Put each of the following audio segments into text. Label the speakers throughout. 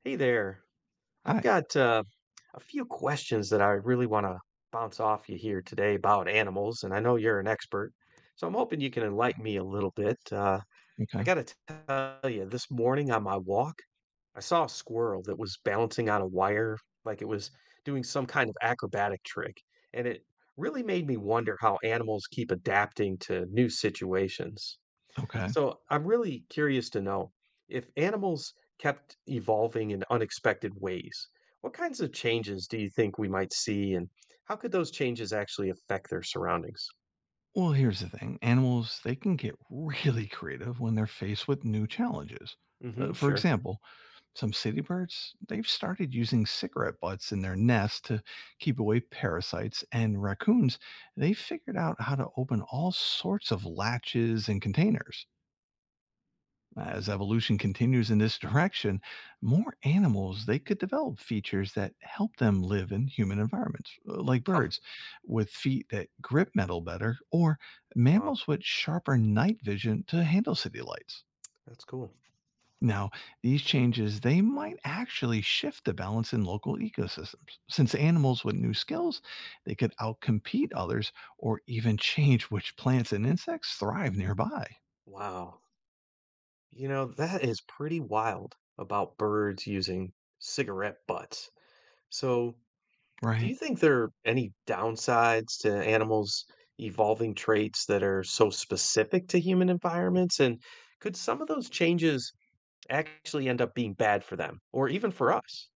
Speaker 1: Hey there. I've
Speaker 2: Hi.
Speaker 1: got a few questions that I really want to bounce off you here today about animals, and I know you're an expert, so I'm hoping you can enlighten me a little bit. I
Speaker 2: Okay.
Speaker 1: got to tell you, this morning on my walk, I saw a squirrel that was balancing on a wire like it was doing some kind of acrobatic trick, and it really made me wonder how animals keep adapting to new situations.
Speaker 2: Okay.
Speaker 1: So I'm really curious to know if animals kept evolving in unexpected ways, what kinds of changes do you think we might see, and how could those changes actually affect their surroundings?
Speaker 2: Well, here's the thing. Animals, they can get really creative when they're faced with new challenges. Uh,
Speaker 1: Hmm,
Speaker 2: for
Speaker 1: sure.
Speaker 2: example, some city birds, they've started using cigarette butts in their nests to keep away parasites, and raccoons, they figured out how to open all sorts of latches and containers. As evolution continues in this direction, more animals they could develop features that help them live in human environments, like
Speaker 1: Huh.
Speaker 2: birds with feet that grip metal better, or
Speaker 1: Wow,
Speaker 2: mammals with sharper night vision to handle city lights.
Speaker 1: that's cool.
Speaker 2: Now, these changes they might actually shift the balance in local ecosystems, since animals with new skills they could outcompete others or even change which plants and insects thrive nearby.
Speaker 1: Wow. You know, that is pretty wild about birds using cigarette butts. So, do
Speaker 2: Right.
Speaker 1: you think there are any downsides to animals evolving traits that are so specific to human environments? And could some of those changes actually end up being bad for them or even for us?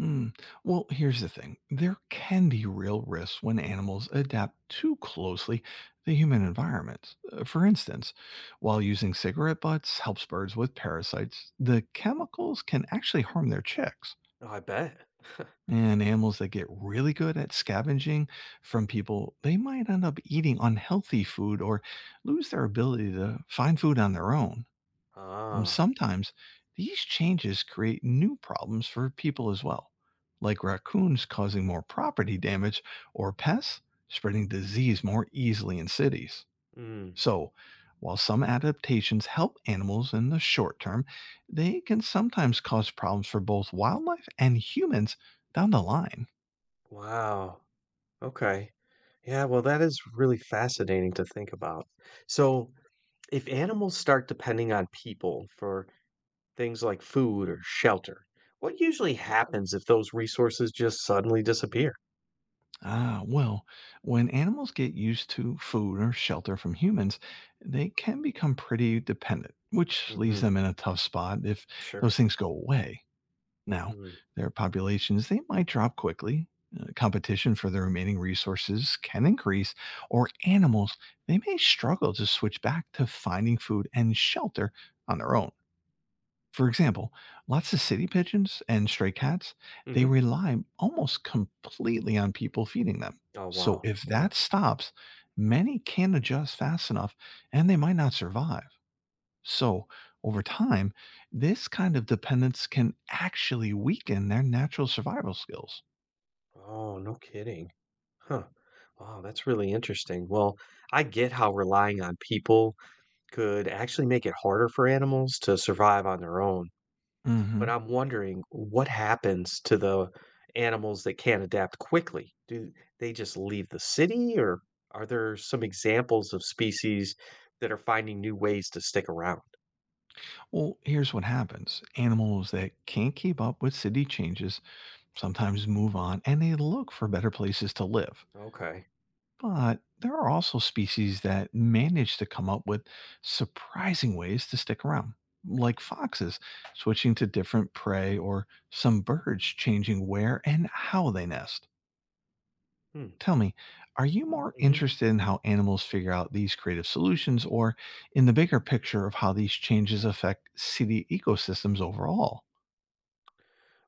Speaker 2: Mm. Well, here's the thing there can be real risks when animals adapt too closely to human environments. For instance, while using cigarette butts helps birds with parasites, the chemicals can actually harm their chicks.
Speaker 1: Oh, I bet.
Speaker 2: And animals that get really good at scavenging from people, they might end up eating unhealthy food or lose their ability to find food on their own. And
Speaker 1: Ah,
Speaker 2: sometimes these changes create new problems for people as well, like raccoons causing more property damage or pests spreading disease more easily in cities.
Speaker 1: mm,
Speaker 2: So, while some adaptations help animals in the short term, they can sometimes cause problems for both wildlife and humans down the line.
Speaker 1: wow. Okay. Yeah, well, that is really fascinating to think about. So, if animals start depending on people for things like food or shelter, what usually happens if those resources just suddenly disappear?
Speaker 2: Ah, well, when animals get used to food or shelter from humans, they can become pretty dependent, which leaves
Speaker 1: Hmm.
Speaker 2: them in a tough spot if
Speaker 1: Sure.
Speaker 2: those things go away. Now,
Speaker 1: Mm.
Speaker 2: their populations, they might drop quickly. Competition for the remaining resources can increase, or animals, they may struggle to switch back to finding food and shelter on their own. For example, lots of city pigeons and stray cats, they
Speaker 1: Mhm.
Speaker 2: rely almost completely on people feeding them.
Speaker 1: Oh,
Speaker 2: So
Speaker 1: wow.
Speaker 2: if
Speaker 1: Yeah.
Speaker 2: that stops, many can't adjust fast enough and they might not survive. So over time, this kind of dependence can actually weaken their natural survival skills.
Speaker 1: Oh, no kidding. Huh. Wow, that's really interesting. Well, I get how relying on people could actually make it harder for animals to survive on their own. But
Speaker 2: Mhm.
Speaker 1: I'm wondering what happens to the animals that can't adapt quickly? Do they just leave the city, or are there some examples of species that are finding new ways to stick around?
Speaker 2: Well, here's what happens animals that can't keep up with city changes sometimes move on and they look for better places to live.
Speaker 1: Okay.
Speaker 2: But there are also species that manage to come up with surprising ways to stick around, like foxes switching to different prey or some birds changing where and how they nest.
Speaker 1: Hmm.
Speaker 2: Tell me, are you more
Speaker 1: Mm-hmm.
Speaker 2: interested in how animals figure out these creative solutions or in the bigger picture of how these changes affect city ecosystems overall?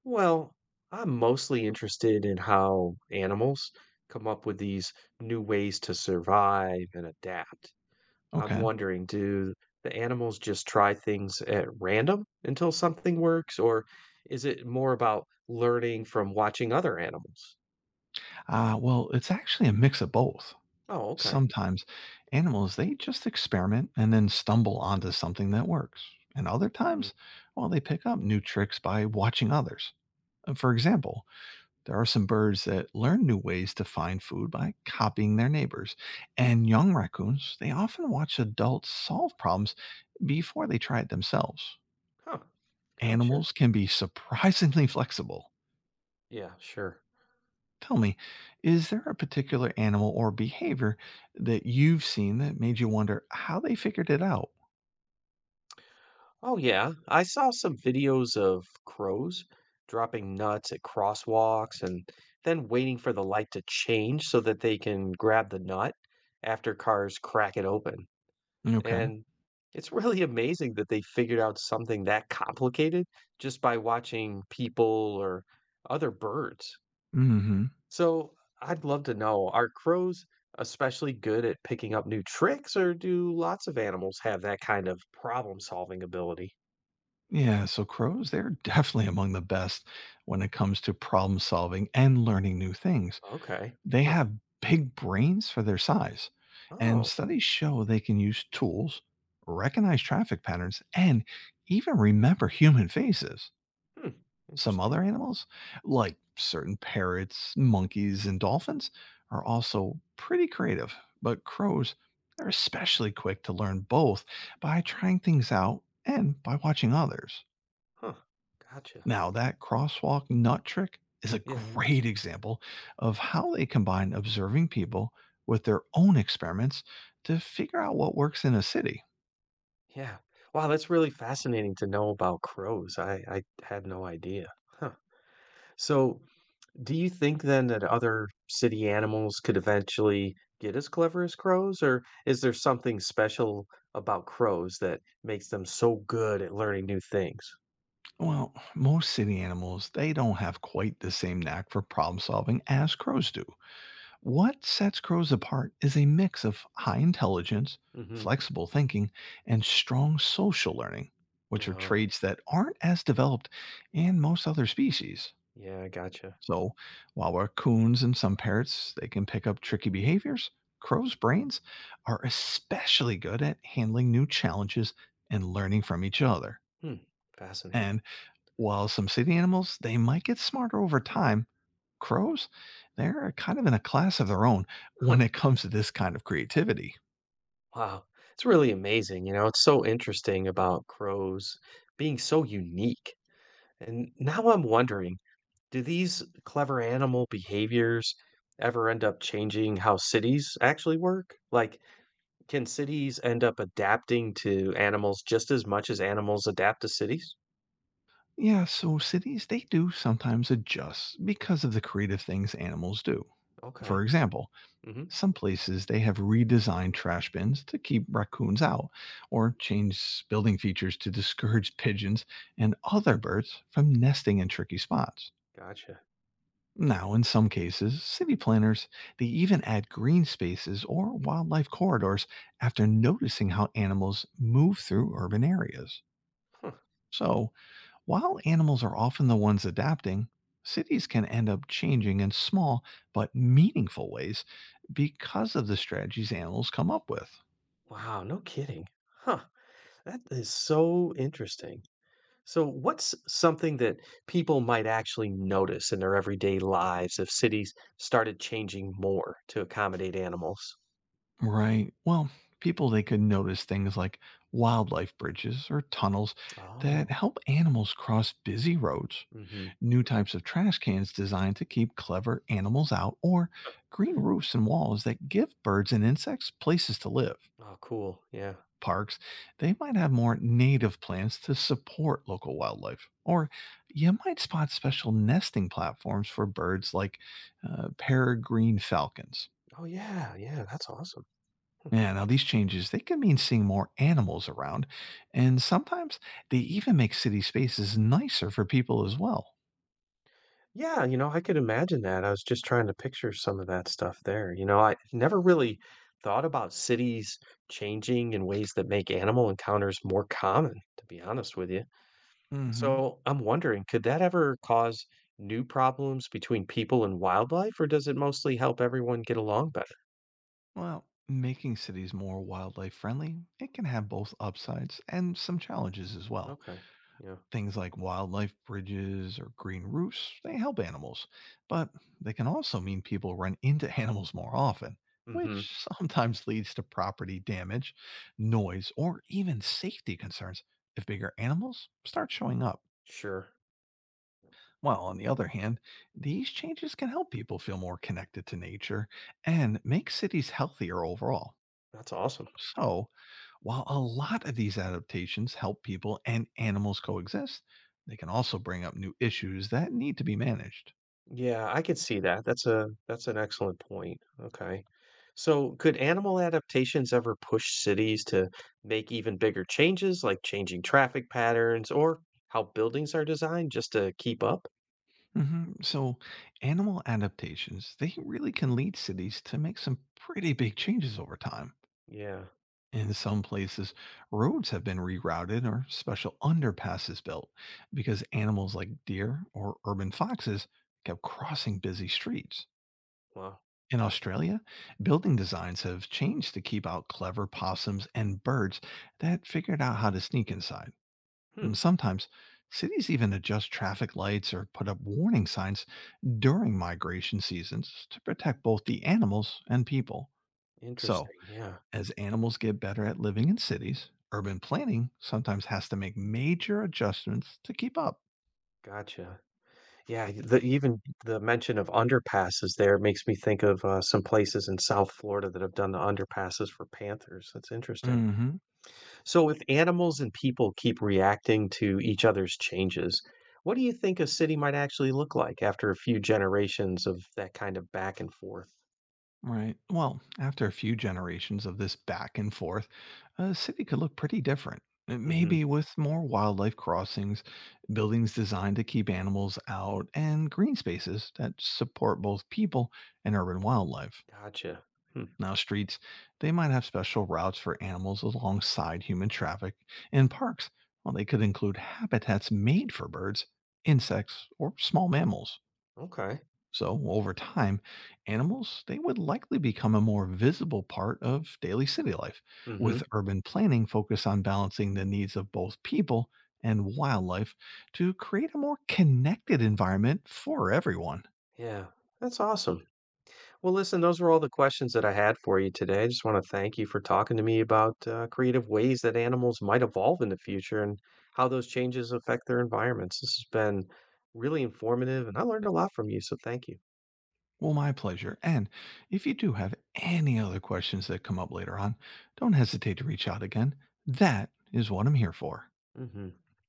Speaker 1: Well, I'm mostly interested in how animals come up with these new ways to survive and adapt. I'm
Speaker 2: Okay.
Speaker 1: wondering, do the animals just try things at random until something works, or is it more about learning from watching other animals?
Speaker 2: Well, it's actually a mix of both.
Speaker 1: Oh, okay.
Speaker 2: Sometimes animals, they just experiment and then stumble onto something that works. And other
Speaker 1: Mm.
Speaker 2: times, well, they pick up new tricks by watching others. For example, there are some birds that learn new ways to find food by copying their neighbors. And young raccoons, they often watch adults solve problems before they try it themselves.
Speaker 1: Huh. Gotcha.
Speaker 2: Animals can be surprisingly flexible.
Speaker 1: Yeah, sure.
Speaker 2: Tell me, is there a particular animal or behavior that you've seen that made you wonder how they figured it out?
Speaker 1: Oh, yeah. I saw some videos of crows dropping nuts at crosswalks and then waiting for the light to change so that they can grab the nut after cars crack it open.
Speaker 2: Okay.
Speaker 1: And it's really amazing that they figured out something that complicated just by watching people or other birds.
Speaker 2: hmm
Speaker 1: So I'd love to know, are crows especially good at picking up new tricks, or do lots of animals have that kind of problem-solving ability?
Speaker 2: Yeah. So crows, they're definitely among the best when it comes to problem solving and learning new things.
Speaker 1: Okay.
Speaker 2: They have big brains for their size, and
Speaker 1: Oh,
Speaker 2: studies show they can use tools, recognize traffic patterns, and even remember human faces.
Speaker 1: hmm,
Speaker 2: Some
Speaker 1: interesting.
Speaker 2: other animals, like certain parrots, monkeys, and dolphins, are also pretty creative, but crows are especially quick to learn both by trying things out and by watching others.
Speaker 1: Huh, gotcha.
Speaker 2: Now, that crosswalk nut trick is a
Speaker 1: Yeah,
Speaker 2: great example of how they combine observing people with their own experiments to figure out what works in a city.
Speaker 1: yeah. Wow, that's really fascinating to know about crows. I had no idea. Huh. So, do you think then that other city animals could eventually get as clever as crows, or is there something special about crows that makes them so good at learning new things?
Speaker 2: Well, most city animals, they don't have quite the same knack for problem solving as crows do. What sets crows apart is a mix of high intelligence,
Speaker 1: Mm-hmm.
Speaker 2: flexible thinking, and strong social learning, which are
Speaker 1: Oh,
Speaker 2: traits that aren't as developed in most other species.
Speaker 1: yeah, I gotcha.
Speaker 2: So, while raccoons and some parrots they can pick up tricky behaviors, crows' brains are especially good at handling new challenges and learning from each other.
Speaker 1: Hmm, fascinating.
Speaker 2: And while some city animals, they might get smarter over time, crows, they're kind of in a class of their own when
Speaker 1: Huh.
Speaker 2: it comes to this kind of creativity.
Speaker 1: Wow, it's really amazing, you know, it's so interesting about crows being so unique. And now I'm wondering, do these clever animal behaviors ever end up changing how cities actually work? Like, can cities end up adapting to animals just as much as animals adapt to cities?
Speaker 2: Yeah, so cities, they do sometimes adjust because of the creative things animals do. For
Speaker 1: Okay.
Speaker 2: example,
Speaker 1: Hmm.
Speaker 2: some places they have redesigned trash bins to keep raccoons out, or changed building features to discourage pigeons and other birds from nesting in tricky spots.
Speaker 1: Gotcha.
Speaker 2: Now, in some cases, city planners, they even add green spaces or wildlife corridors after noticing how animals move through urban areas.
Speaker 1: Huh.
Speaker 2: So, while animals are often the ones adapting, cities can end up changing in small but meaningful ways because of the strategies animals come up with.
Speaker 1: Wow, no kidding. Huh. That is so interesting. So, what's something that people might actually notice in their everyday lives if cities started changing more to accommodate animals?
Speaker 2: Right. Well, people they could notice things like wildlife bridges or tunnels that
Speaker 1: Oh,
Speaker 2: help animals cross busy roads
Speaker 1: hmm.
Speaker 2: new types of trash cans designed to keep clever animals out, or green roofs and walls that give birds and insects places to live.
Speaker 1: Oh, cool. Yeah.
Speaker 2: Parks, they might have more native plants to support local wildlife. Or you might spot special nesting platforms for birds like peregrine falcons.
Speaker 1: Oh, yeah. Yeah. That's awesome.
Speaker 2: Yeah, now these changes, they can mean seeing more animals around, and sometimes they even make city spaces nicer for people as well.
Speaker 1: Yeah. You know, I could imagine that. I was just trying to picture some of that stuff there. You know, I never really thought about cities changing in ways that make animal encounters more common, to be honest with you.
Speaker 2: hmm
Speaker 1: So I'm wondering, could that ever cause new problems between people and wildlife, or does it mostly help everyone get along better?
Speaker 2: Well, making cities more wildlife friendly, it can have both upsides and some challenges as well.
Speaker 1: Okay. Yeah.
Speaker 2: Things like wildlife bridges or green roofs, they help animals, but they can also mean people run into animals more often,
Speaker 1: Mm-hmm.
Speaker 2: which sometimes leads to property damage, noise, or even safety concerns if bigger animals start showing up.
Speaker 1: Sure.
Speaker 2: While on the other hand, these changes can help people feel more connected to nature and make cities healthier overall.
Speaker 1: That's awesome.
Speaker 2: So, while a lot of these adaptations help people and animals coexist, they can also bring up new issues that need to be managed.
Speaker 1: Yeah, I could see that. That's an excellent point. Okay. So could animal adaptations ever push cities to make even bigger changes, like changing traffic patterns or how buildings are designed just to keep up?
Speaker 2: So, animal adaptations, they really can lead cities to make some pretty big changes over time.
Speaker 1: Yeah.
Speaker 2: In some places, roads have been rerouted or special underpasses built because animals like deer or urban foxes kept crossing busy streets.
Speaker 1: Wow.
Speaker 2: In Australia, building designs have changed to keep out clever possums and birds that figured out how to sneak inside.
Speaker 1: Hmm.
Speaker 2: And sometimes, cities even adjust traffic lights or put up warning signs during migration seasons to protect both the animals and people. So,
Speaker 1: Interesting. Yeah.
Speaker 2: as animals get better at living in cities, urban planning sometimes has to make major adjustments to keep up.
Speaker 1: Gotcha. Yeah, the even the mention of underpasses there makes me think of, some places in South Florida that have done the underpasses for panthers, that's interesting.
Speaker 2: Mhm.
Speaker 1: So if animals and people keep reacting to each other's changes, what do you think a city might actually look like after a few generations of that kind of back and forth?
Speaker 2: Right. Well, after a few generations of this back and forth, a city could look pretty different. Uh,
Speaker 1: Mhm,
Speaker 2: Maybe with more wildlife crossings, buildings designed to keep animals out, and green spaces that support both people and urban wildlife.
Speaker 1: gotcha. Hmm,
Speaker 2: Now, streets, they might have special routes for animals alongside human traffic. And parks, well, they could include habitats made for birds, insects, or small mammals.
Speaker 1: okay.
Speaker 2: So, over time, animals they would likely become a more visible part of daily city life,
Speaker 1: Mhm,
Speaker 2: with urban planning focused on balancing the needs of both people and wildlife to create a more connected environment for everyone.
Speaker 1: yeah, that's awesome. Well, listen, those were all the questions that I had for you today. I just want to thank you for talking to me about creative ways that animals might evolve in the future and how those changes affect their environments. This has been really informative, and I learned a lot from you. So thank you.
Speaker 2: Well, my pleasure. And if you do have any other questions that come up later on, don't hesitate to reach out again. That is what I'm here for.
Speaker 1: Hmm.